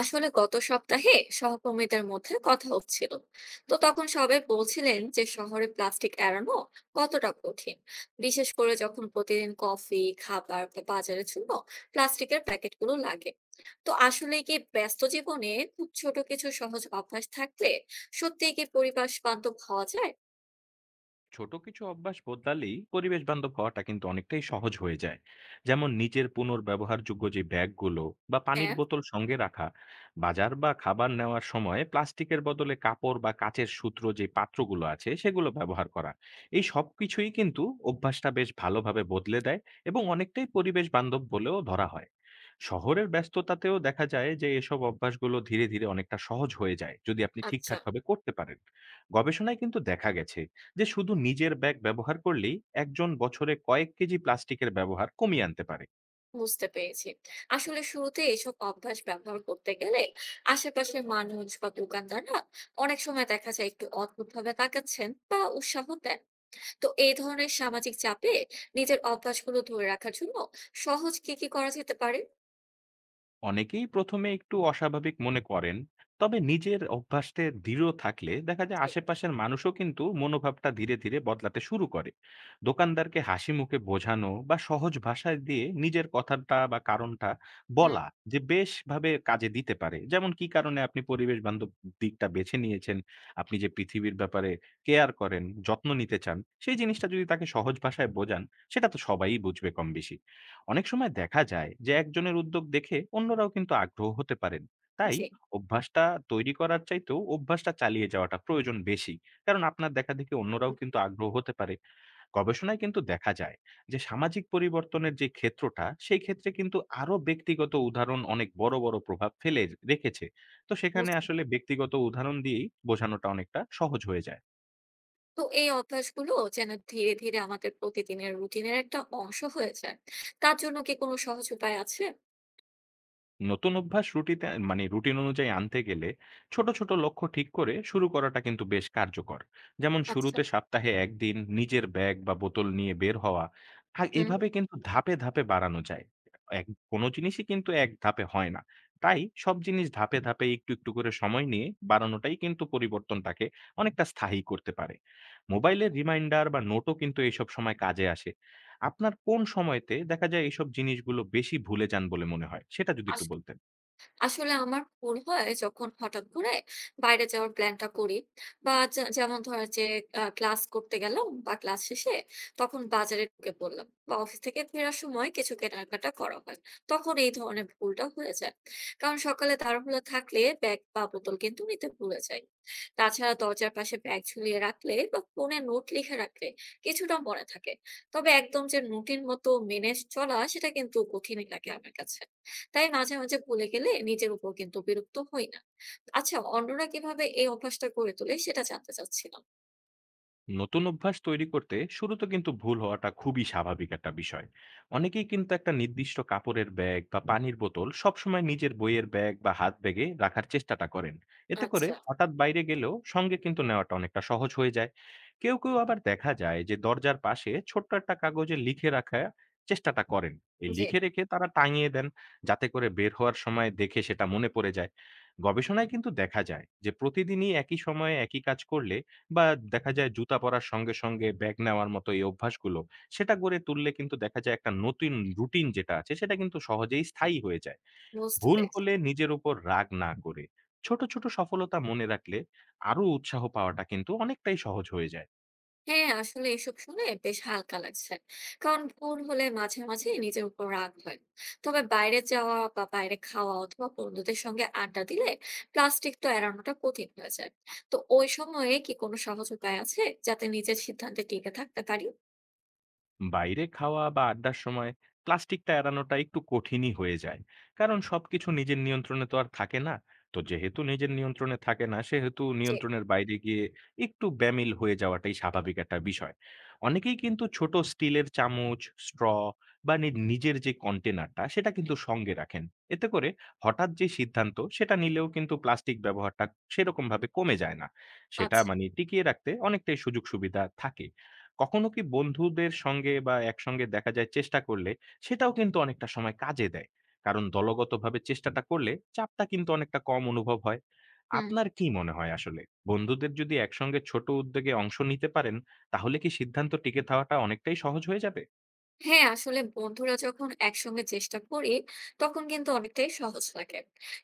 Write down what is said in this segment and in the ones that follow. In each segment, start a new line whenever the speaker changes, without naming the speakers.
আসলে গত সপ্তাহে সহকর্মীদের মধ্যে কথা হচ্ছিল। তো তখন সবাই বলছিলেন যে শহরে প্লাস্টিক এড়ানো কতটা কঠিন, বিশেষ করে যখন প্রতিদিন কফি খাবার বা বাজারের জন্য প্লাস্টিকের প্যাকেটগুলো লাগে। তো আসলে কি ব্যস্ত জীবনে খুব ছোট কিছু সহজ অভ্যাস থাকলে সত্যিই কি পরিবেশ বান্ধব হওয়া যায়?
ছোট কিছু অভ্যাস বদলালেই পরিবেশ বান্ধব হওয়াটা কিন্তু অনেকটাই সহজ হয়ে যায়। যেমন নিজের পুনর্ব্যবহারযোগ্য যে ব্যাগগুলো বা পানির
হ্যাঁ।
বোতল সঙ্গে রাখা, বাজার বা খাবার নেওয়ার সময় প্লাস্টিকের বদলে কাপড় বা কাচের সূত্র যে পাত্রগুলো আছে সেগুলো ব্যবহার করা— এই সব কিছুই কিন্তু অভ্যাসটা বেশ ভালোভাবে বদলে দেয় এবং অনেকটাই পরিবেশ বান্ধব বলেও ধরা হয়। শহরের ব্যস্ততাতেও দেখা যায় যে এসব অভ্যাসগুলো ধীরে ধীরে অনেকটা সহজ হয়ে যায় যদি আপনি
আচ্ছা।
ঠিকঠাকভাবে করতে পারেন। গবেষণায় কিন্তু দেখা গেছে যে শুধু নিজের ব্যাগ ব্যবহার করলেই একজন বছরে কয়েক কেজি প্লাস্টিকের ব্যবহার কমিয়ে আনতে পারে।
বুঝতে পেরেছি। আসলে শুরুতে এসব অভ্যাস ব্যবহার করতে গেলে আশেপাশের মানুষ বা দোকানদাররা অনেক সময় দেখা যায় একটু অদ্ভুতভাবে তাকাচ্ছেন বা উৎসাহ দেন। তো এই ধরনের সামাজিক চাপে নিজের অভ্যাসগুলো ধরে রাখার জন্য সহজ কি কি করা যেতে পারে?
অনেকেই ১ম এ একটু অস্বাভাবিক মনে করেন। তবে নিজের অভ্যাসে দৃঢ় থাকলে দেখা যায়
জি।
আশেপাশের মানুষও কিন্তু মনোভাবটা ধীরে ধীরে বদলাতে শুরু করে। দোকানদারকে হাসিমুখে বোঝানো বা সহজ ভাষায় দিয়ে নিজের কথাটা বা কারণটা
হুম।
বলা যে বেশভাবে কাজে দিতে পারে। যেমন কি কারণে আপনি পরিবেশ বান্ধব দিকটা বেছে নিয়েছেন, আপনি যে পৃথিবীর ব্যাপারে কেয়ার করেন, যত্ন নিতে চান, সেই জিনিসটা যদি তাকে সহজ ভাষায় বোঝান, সেটা তো সবাই বুঝবে কমবেশি। অনেক সময় দেখা যায় যে একজনের উদ্যোগ দেখে অন্যরাও কিন্তু আগ্রহ হতে পারেন। তাই
জি।
অভ্যাসটা তৈরি করার চাইতেও অভ্যাসটা চালিয়ে যাওয়াটা প্রয়োজন বেশি, কারণ আপনার দেখা দেখে অন্যরাও কিন্তু আগ্রহ হতে পারে। গবেষণায় কিন্তু দেখা যায় যে সামাজিক পরিবর্তনের যে ক্ষেত্রটা সেই ক্ষেত্রে কিন্তু আরো ব্যক্তিগত উদাহরণ অনেক বড় বড় প্রভাব ফেলে রেখেছে। তো সেখানে
বুঝতে
আসলে
পেরেছি।
ব্যক্তিগত উদাহরণ দিয়েই বোঝানোটা অনেকটা সহজ হয়ে যায়।
তো এই অভ্যাসগুলো যেন ধীরে ধীরে আমাদের প্রতিদিনের রুটিনের একটা অংশ হয়ে যায়। তার জন্য কি কোনো সহজ উপায় আছে?
নতুন অভ্যাস রুটিতে মানে রুটিন অনুযায়ী আনতে গেলে ছোট ছোট লক্ষ্য ঠিক করে শুরু করাটা কিন্তু বেশ কার্যকর। যেমন
আচ্ছা।
শুরুতে সপ্তাহে একদিন নিজের ব্যাগ বা বোতল নিয়ে বের হওয়া, আর
হুম।
এভাবে কিন্তু ধাপে ধাপে বাড়ানো যায়। এক কোনো জিনিসই কিন্তু এক ধাপে হয় না, তাই সব জিনিস ধাপে ধাপে একটু একটু করে সময় নিয়ে বাড়ানোটাই কিন্তু পরিবর্তনটাকে অনেকটা স্থায়ী করতে পারে। মোবাইলের রিমাইন্ডার বা নোটও কিন্তু এইসব সময় কাজে আসে। আপনার কোন সময়তে দেখা যায় এইসব জিনিসগুলো বেশি ভুলে যান বলে মনে হয়? সেটা যদি একটু
আস
বলতেন।
আসলে আমার ভুল হয় যখন হঠাৎ করে বাইরে যাওয়ার প্ল্যানটা করি, বা যেমন ধরো যে ক্লাস করতে গেলাম বা ক্লাস শেষে তখন বাজারে ঢুকে পড়লাম বা অফিস থেকে ফেরার সময় কিছু কেনাকাটা করা হয়, তখন এই ধরনের ভুলটা হয়ে যায়। কারণ সকালে তাড়াহুড়ো থাকলে ব্যাগ বা বোতল কিন্তু নিতে ভুলে যাই। তাছাড়া দরজার পাশে ব্যাগ ঝুলিয়ে রাখলে বা ফোনে নোট লিখে রাখলে কিছুটা মনে থাকে। তবে একদম যে রুটিন মতো মেনে চলা সেটা কিন্তু কঠিনই লাগে আমার কাছে। তাই মাঝে, মাঝে ভুলে গেলে নিজের উপর কিন্তু বিরক্ত হই না। আচ্ছা, অন্যরা কিভাবে এই অভ্যাসটা করে তোলে সেটা জানতে চাচ্ছিলাম।
নতুন অভ্যাস তৈরি করতে শুরুতে কিন্তু ভুল হওয়াটা খুবই স্বাভাবিক একটা বিষয়। অনেকেই কিন্তু একটা নির্দিষ্ট কাপড়ের ব্যাগ বা পানির বোতল সবসময় নিজের বইয়ের ব্যাগ বা হাত ব্যাগে রাখার চেষ্টাটা করেন। এতে করে
আচ্ছা।
হঠাৎ বাইরে গেলেও সঙ্গে কিন্তু নেওয়াটা অনেকটা সহজ হয়ে যায়। কেউ কেউ আবার দেখা যায় যে দরজার পাশে ছোট্ট একটা কাগজে লিখে রাখার চেষ্টাটা করেন, এই
জি।
লিখে রেখে তারা টাঙিয়ে দেন, যাতে করে বের হওয়ার সময় দেখে সেটা মনে পড়ে যায়। গবেষণায় কিন্তু দেখা যায় যে প্রতিদিনই একই সময়ে একই কাজ করলে, বা দেখা যায় জুতা পরার সঙ্গে সঙ্গে ব্যাগ নেওয়ার মতো এই অভ্যাসগুলো সেটা গড়ে তুললে, কিন্তু দেখা যায় একটা নতুন রুটিন যেটা আছে, সেটা কিন্তু সহজেই স্থায়ী হয়ে যায়।
বুঝতে
ভুল
পেরেছি।
হলে নিজের উপর রাগ না করে ছোট ছোট সফলতা মনে রাখলে আরো উৎসাহ পাওয়াটা কিন্তু অনেকটাই সহজ হয়ে যায়।
হ্যাঁ, আসলে এসব শুনে বেশ হালকা লাগছে। কারণ ভুল হলে মাঝে, মাঝে নিজের উপর রাগ হয়। তবে বাইরে যাওয়া বা বাইরে খাওয়া অথবা বন্ধুদের সঙ্গে আড্ডা দিলে প্লাস্টিক তো এড়ানোটা কঠিন হয়ে যায়। তো ওই সময়ে কি কোনো সহজ উপায় আছে যাতে নিজের সিদ্ধান্তে টিকে থাকতে পারি?
বাইরে খাওয়া বা আড্ডার সময় প্লাস্টিকটা এড়ানোটা একটু কঠিনই হয়ে যায়, কারণ সবকিছু নিজের নিয়ন্ত্রণে তো আর থাকে না। তো যেহেতু নিজের নিয়ন্ত্রণে থাকে না, সেহেতু
জি।
নিয়ন্ত্রণের বাইরে গিয়ে একটু ব্যামিল হয়ে যাওয়াটাই স্বাভাবিক একটা বিষয়। অনেকেই কিন্তু ছোট স্টিলের চামচ, স্ট্র বা নিজের যে কন্টেনারটা সেটা কিন্তু সঙ্গে রাখেন। এতে করে হঠাৎ যে সিদ্ধান্ত সেটা নিলেও কিন্তু প্লাস্টিক ব্যবহারটা সেরকম ভাবে কমে যায় না, সেটা
আচ্ছা।
মানে টিকিয়ে রাখতে অনেকটাই সুযোগ সুবিধা থাকে। কখনো কি বন্ধুদের সঙ্গে বা একসঙ্গে দেখা যায় চেষ্টা করলে সেটাও কিন্তু অনেকটা সময় কাজে দেয়। কারণ দলগতভাবে চেষ্টাটা করলে চাপটা কিন্তু অনেকটা কম অনুভব হয়।
হুম।
আপনার কি মনে হয় আসলে? বন্ধুদের যদি একসঙ্গে ছোট উদ্যোগে অংশ নিতে পারেন, তাহলে কি সিদ্ধান্ত টিকে থাকাটা অনেকটাই সহজ হয়ে যাবে?
হ্যাঁ, আসলে বন্ধুরা যখন একসঙ্গে চেষ্টা করি তখন কিন্তু অনেকটাই সহজ লাগে।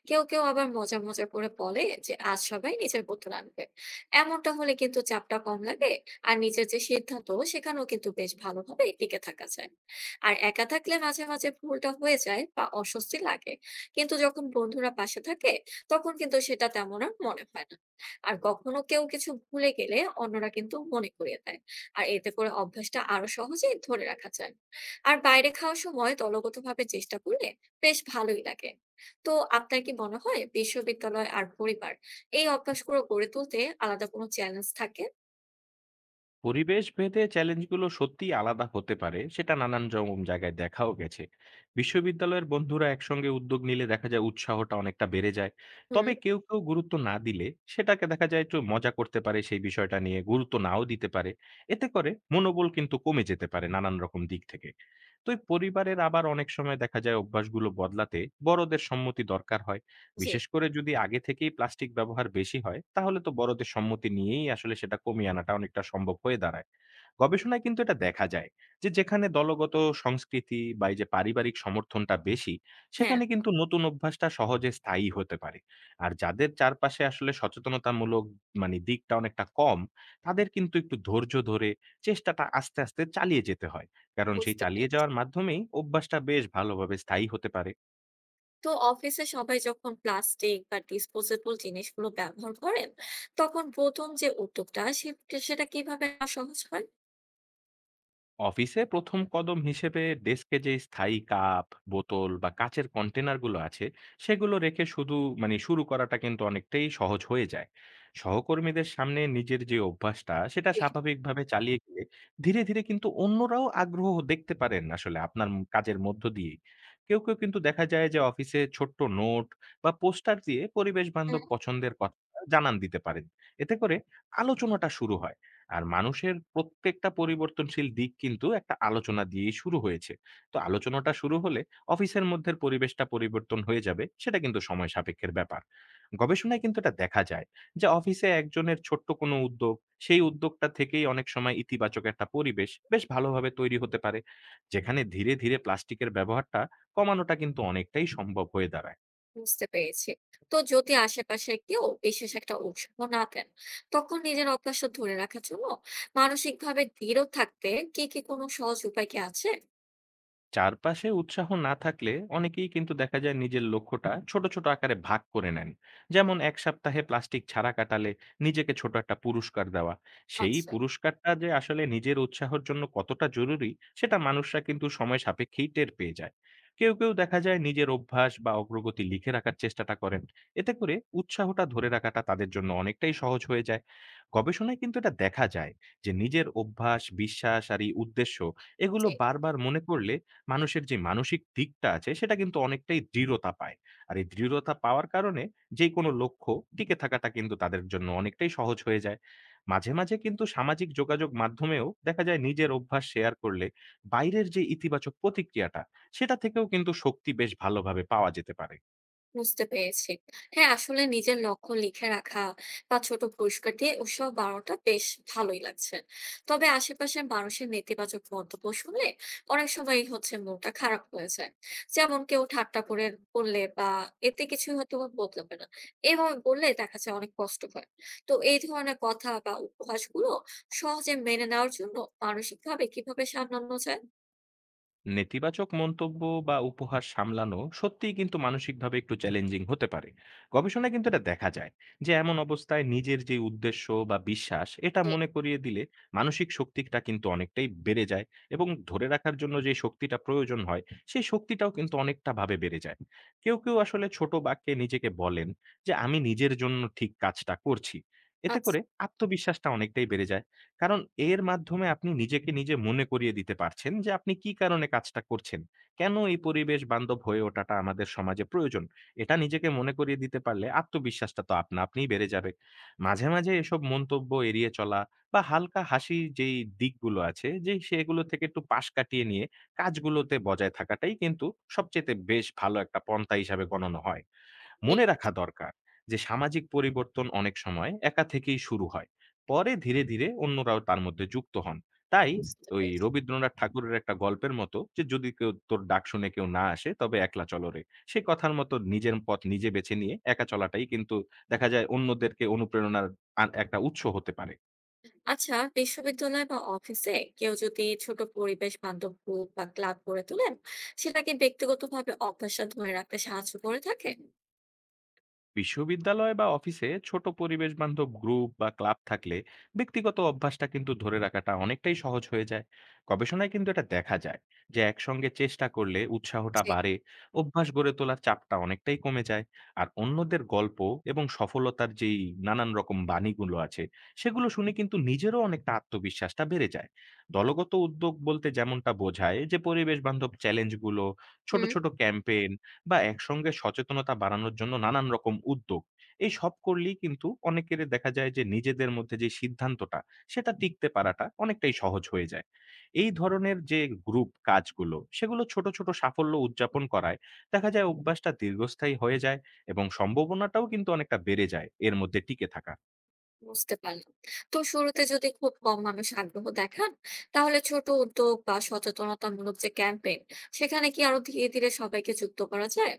কেউ কেউ আবার মজা মজা করে বলে যে আজ সবাই নিজের বোতল আনবে। এমনটা হলে কিন্তু চাপটা কম লাগে। আর নিজের যে সিদ্ধান্ত সেখানেও কিন্তু বেশ ভালোভাবে টিকে থাকা যায়। আর একা থাকলে মাঝে মাঝে ভুলটা হয়ে যায় বা অস্বস্তি লাগে, কিন্তু যখন বন্ধুরা পাশে থাকে তখন কিন্তু সেটা তেমন আর মনে হয় না। আর কখনো কেউ কিছু ভুলে গেলে অন্যরা কিন্তু মনে করিয়ে দেয়, আর এতে করে অভ্যাসটা আরো সহজেই ধরে রাখা যায়। আর বাইরে খাওয়ার সময় দলগতভাবে চেষ্টা করলে বেশ ভালোই লাগে। তো আপনার কি মনে হয় বিশ্ববিদ্যালয় আর পরিবার, এই অভ্যাসগুলো গড়ে তুলতে আলাদা কোনো চ্যালেঞ্জ থাকে?
পরিবেশ ভেদে চ্যালেঞ্জগুলো সত্যিই আলাদা হতে পারে, সেটা নানান রকম জায়গায় দেখাও গেছে। বিশ্ববিদ্যালয়ের বন্ধুরা একসঙ্গে উদ্যোগ নিলে দেখা যায় উৎসাহটা অনেকটা বেড়ে যায়।
হুম।
তবে কেউ কেউ গুরুত্ব না দিলে সেটাকে দেখা যায় একটু মজা করতে পারে, সেই বিষয়টা নিয়ে গুরুত্ব নাও দিতে পারে। এতে করে মনোবল কিন্তু কমে যেতে পারে নানান রকম দিক থেকে। তো এই পরিবারের আবার অনেক সময় দেখা যায় অভ্যাসগুলো বদলাতে বড়দের সম্মতি দরকার হয়।
জি।
বিশেষ করে যদি আগে থেকেই প্লাস্টিক ব্যবহার বেশি হয়, তাহলে তো বড়দের সম্মতি নিয়েই আসলে সেটা কমিয়ে আনাটা অনেকটা সম্ভব হয়ে দাঁড়ায়। গবেষণায় কিন্তু এটা দেখা যায় যে যেখানে দলগত সংস্কৃতি বা এই যে পারিবারিক সমর্থনটা বেশি,
হ্যাঁ।
সেখানে কিন্তু নতুন অভ্যাসটা সহজে স্থায়ী হতে পারে। আর যাদের চারপাশে আসলে সচেতনতামূলক মানে দিকটা অনেকটা কম, তাদের কিন্তু একটু ধৈর্য ধরে চেষ্টাটা আস্তে আস্তে চালিয়ে যেতে হয়, কারণ সেই
বুঝতে
চালিয়ে
পেরেছি।
যাওয়ার মাধ্যমেই অভ্যাসটা বেশ ভালোভাবে স্থায়ী হতে পারে।
তো অফিসে সবাই যখন প্লাস্টিক বা ডিসপোজেবল জিনিসগুলো ব্যবহার করেন তখন প্রথম যে উদ্যোগটা সেটা কিভাবে নেওয়া সহজ হয়?
অফিসে প্রথম কদম হিসেবে ডেস্কে যে স্থায়ী কাপ, বোতল বা কাচের কন্টেনারগুলো আছে সেগুলো রেখে শুধু মানে শুরু করাটা কিন্তু অনেকটাই সহজ হয়ে যায়। সহকর্মীদের সামনে নিজের যে অভ্যাসটা সেটা
জি।
স্বাভাবিকভাবে চালিয়ে গেলে ধীরে ধীরে কিন্তু অন্যরাও আগ্রহ দেখতে পারেন আসলে আপনার কাজের মধ্য দিয়ে। কেউ কেউ কিন্তু দেখা যায় যে অফিসে ছোট্ট নোট বা পোস্টার দিয়ে পরিবেশ বান্ধব পছন্দের কথা জানান দিতে পারেন। এতে করে আলোচনাটা শুরু হয়, আর মানুষের প্রত্যেকটা পরিবর্তনশীল দিক কিন্তু একটা আলোচনা দিয়েই শুরু হয়েছে। তো আলোচনাটা শুরু হলে অফিসের মধ্যের পরিবেশটা পরিবর্তন হয়ে যাবে, সেটা কিন্তু সময় সাপেক্ষের ব্যাপার। গবেষণায় কিন্তু এটা দেখা যায় যে অফিসে একজনের ছোট্ট কোনো উদ্যোগ, সেই উদ্যোগটা থেকেই অনেক সময় ইতিবাচক একটা পরিবেশ বেশ ভালোভাবে তৈরি হতে পারে, যেখানে ধীরে ধীরে প্লাস্টিকের ব্যবহারটা কমানোটা কিন্তু অনেকটাই সম্ভব হয়ে দাঁড়ায়।
বুঝতে পেরেছি। তো যদি আশেপাশে কেউ বিশেষ একটা উৎসাহ না দেন তখন নিজের অভ্যাসটা ধরে রাখার জন্য মানসিক ভাবে দৃঢ় থাকতে কি কি কোনো সহজ উপায় কি আছে?
চারপাশে উৎসাহ না থাকলে অনেকেই কিন্তু দেখা যায় নিজের লক্ষ্যটা ছোট ছোট আকারে ভাগ করে নেন। যেমন এক সপ্তাহে প্লাস্টিক ছাড়া কাটালে নিজেকে ছোট একটা পুরস্কার দেওয়া, সেই
আচ্ছা।
পুরস্কারটা যে আসলে নিজের উৎসাহের জন্য কতটা জরুরি সেটা মানুষরা কিন্তু সময় সাপেক্ষেই টের পেয়ে যায়। কেউ কেউ দেখা যায় নিজের অভ্যাস বা অগ্রগতি লিখে রাখার চেষ্টাটা করেন, এতে করে উৎসাহটা ধরে রাখাটা তাদের জন্য অনেকটাই সহজ হয়ে যায়। গবেষণায় কিন্তু এটা দেখা যায় যে নিজের অভ্যাস, বিশ্বাস আর এই উদ্দেশ্য— এগুলো
জি।
বারবার মনে করলে মানুষের যে মানসিক দিকটা আছে সেটা কিন্তু অনেকটাই দৃঢ়তা পায়। আর এই দৃঢ়তা পাওয়ার কারণে যেকোনো লক্ষ্য টিকে থাকাটা কিন্তু তাদের জন্য অনেকটাই সহজ হয়ে যায়। মাঝে মাঝে কিন্তু সামাজিক যোগাযোগ মাধ্যমেও দেখা যায় নিজের অভ্যাস শেয়ার করলে বাইরের যে ইতিবাচক প্রতিক্রিয়াটা, সেটা থেকেও কিন্তু শক্তি বেশ ভালোভাবে পাওয়া যেতে পারে।
বুঝতে পেরেছি। হ্যাঁ, আসলে নিজের লক্ষ্য লিখে রাখা বা ছোট পুরস্কার দিয়ে উৎসাহ বাড়ানোটা বেশ ভালোই লাগছে। তবে আশেপাশের মানুষের নেতিবাচক মন্তব্য শুনলে অনেক সময়ই হচ্ছে মনটা খারাপ হয়ে যায়। যেমন কেউ ঠাট্টা করে বললে বা এতে কিছু হয়তো বা বদলাবে না, এভাবে বললে দেখা যায় অনেক কষ্ট হয়। তো এই ধরনের কথা বা উপহাসগুলো সহজে মেনে নেওয়ার জন্য মানসিকভাবে কিভাবে সামলানো যায়?
নেতিবাচক মন্তব্য বা উপহার সামলানো সত্যিই কিন্তু মানসিকভাবে একটু চ্যালেঞ্জিং হতে পারে। গবেষণায় কিন্তু এটা দেখা যায় যে এমন অবস্থায় নিজের যে উদ্দেশ্য বা বিশ্বাস এটা
জি।
মনে করিয়ে দিলে মানসিক শক্তিটা কিন্তু অনেকটাই বেড়ে যায়, এবং ধরে রাখার জন্য যে শক্তিটা প্রয়োজন হয় সেই শক্তিটাও কিন্তু অনেকটা ভাবে বেড়ে যায়। কেউ কেউ আসলে ছোট বাক্যে নিজেকে বলেন যে আমি নিজের জন্য ঠিক কাজটা করছি। এতে
আচ্ছা।
করে আত্মবিশ্বাসটা অনেকটাই বেড়ে যায়, কারণ এর মাধ্যমে আপনি নিজেকে নিজে মনে করিয়ে দিতে পারছেন যে আপনি কি কারণে কাজটা করছেন। কেন এই পরিবেশ বান্ধব হয়ে ওঠাটা আমাদের সমাজে প্রয়োজন। এটা নিজেকে মনে করিয়ে দিতে পারলে আত্মবিশ্বাসটা তো আপনা আপনিই বেড়ে যাবে। মাঝে মাঝে এসব মন্তব্য এড়িয়ে চলা বা হালকা হাসির যেই দিকগুলো আছে যে সেগুলো থেকে একটু পাশ কাটিয়ে নিয়ে কাজগুলোতে বজায় থাকাটাই কিন্তু সবচাইতে বেশ ভালো একটা পন্থা হিসাবে গণনা হয়। মনে
ঠিক
রাখা
আছে।
দরকার যে সামাজিক পরিবর্তন অনেক সময় একা থেকেই শুরু হয়, পরে ধীরে ধীরে অন্যরাও তার মধ্যে যুক্ত হন। তাই
বুঝতে
ওই
পেরেছি।
রবীন্দ্রনাথ ঠাকুরের একটা গল্পের মতো যে "যদি কেউ তোর ডাক শুনে কেউ না আসে তবে একলা চলো রে"— সেই কথার মতো নিজের পথ নিজে বেছে নিয়ে একা চলাটাই কিন্তু দেখা যায় অন্যদেরকে অনুপ্রেরণার একটা উৎস হতে পারে।
আচ্ছা, বিশ্ববিদ্যালয় বা অফিসে কেউ যদি ছোট পরিবেশ বান্ধব গ্রুপ বা ক্লাব গড়ে তোলেন, সেটা কি ব্যক্তিগতভাবে অভ্যাসটা ধরে রাখতে সাহায্য করে থাকে?
বিশ্ববিদ্যালয় বা অফিসে ছোট পরিবেশ বান্ধব গ্রুপ বা ক্লাব থাকলে ব্যক্তিগত অভ্যাসটা কিন্তু ধরে রাখাটা অনেকটাই সহজ হয়ে যায়। গবেষণায় কিন্তু এটা দেখা যায় যে একসঙ্গে চেষ্টা করলে উৎসাহটা
যে।
বাড়ে, অভ্যাস গড়ে তোলার চাপটা অনেকটাই কমে যায়। আর অন্যদের গল্প এবং সফলতার যেই নানান রকম বাণীগুলো আছে সেগুলো শুনে কিন্তু নিজেরও অনেকটা আত্মবিশ্বাসটা বেড়ে যায়। দলগত উদ্যোগ বলতে যেমনটা বোঝায় যে পরিবেশ বান্ধব চ্যালেঞ্জগুলো, ছোট
হুম।
ছোট ক্যাম্পেইন, বা একসঙ্গে সচেতনতা বাড়ানোর জন্য নানান রকম উদ্যোগ। এই সব করলেই কিন্তু অনেকের দেখা যায় যে নিজেদের মধ্যে যে সিদ্ধান্তটা সেটা টিকতে পারাটা অনেকটাই সহজ হয়ে যায়। এই ধরনের যে গ্রুপ কাজগুলো সেগুলো ছোট ছোট সাফল্য উদযাপন করায় দেখা যায় অভ্যাসটা দীর্ঘস্থায়ী হয়ে যায়, এবং সম্ভাবনাটাও কিন্তু অনেকটা বেড়ে যায় এর মধ্যে টিকে থাকা।
বুঝতে পারলাম। তো শুরুতে যদি খুব কম মানুষ আগ্রহ দেখান তাহলে ছোট উদ্যোগ বা সচেতনতামূলক যে ক্যাম্পেইন সেখানে কি আরো ধীরে ধীরে সবাইকে যুক্ত করা যায়?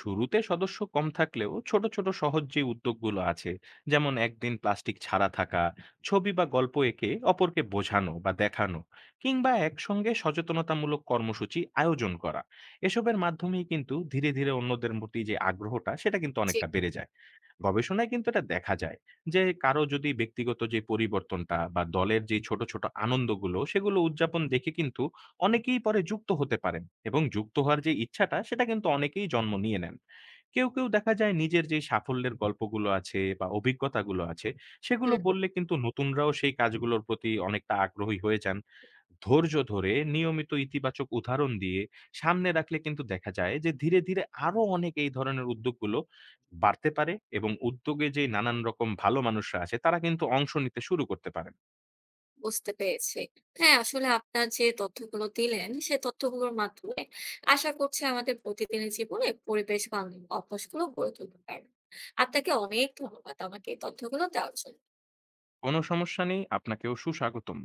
শুরুতে সদস্য কম থাকলেও ছোট ছোট সহজ যে উদ্যোগগুলো আছে, যেমন একদিন প্লাস্টিক ছাড়া থাকা, ছবি বা গল্প এঁকে অপরকে বোঝানো বা দেখানো, কিংবা একসঙ্গে সচেতনতামূলক কর্মসূচি আয়োজন করা— এসবের মাধ্যমেই কিন্তু ধীরে ধীরে অন্যদের প্রতি যে আগ্রহটা সেটা কিন্তু
যে।
অনেকটা বেড়ে যায়। গবেষণায় কিন্তু এটা দেখা যায় যে কারো যদি ব্যক্তিগত যে পরিবর্তনটা বা দলের যে ছোট ছোট আনন্দগুলো সেগুলো উদযাপন দেখে কিন্তু অনেকেই পরে যুক্ত হতে পারেন, এবং যুক্ত হওয়ার যে ইচ্ছাটা সেটা কিন্তু অনেকেই জন্ম নিয়ে নেন। কেউ কেউ দেখা যায় নিজের যে সাফল্যের গল্পগুলো আছে বা অভিজ্ঞতাগুলো আছে সেগুলো
হুম।
বললে কিন্তু নতুনরাও সেই কাজগুলোর প্রতি অনেকটা আগ্রহী হয়ে যান। ধৈর্য ধরে নিয়মিত ইতিবাচক উদাহরণ দিয়ে সামনে রাখলে কিন্তু দেখা যায় যে ধীরে ধীরে আরো অনেক এই ধরনের উদ্যোগগুলো বাড়তে পারে, এবং উদ্যোগে যে নানান রকম ভালো মানুষরা আছে তারা কিন্তু অংশ নিতে শুরু করতে পারেন।
বুঝতে পেরেছি। হ্যাঁ, আসলে আপনার যে তথ্যগুলো দিলেন, সে তথ্যগুলোর মাধ্যমে আশা করছি আমাদের প্রতিদিনের জীবনে পরিবেশ বান্ধব অভ্যাসগুলো গড়ে তুলতে পারব। আপনাকে অনেক ধন্যবাদ আমাকে এই তথ্যগুলো দেওয়ার জন্য।
কোনো সমস্যা নেই, আপনাকেও সুস্বাগতম।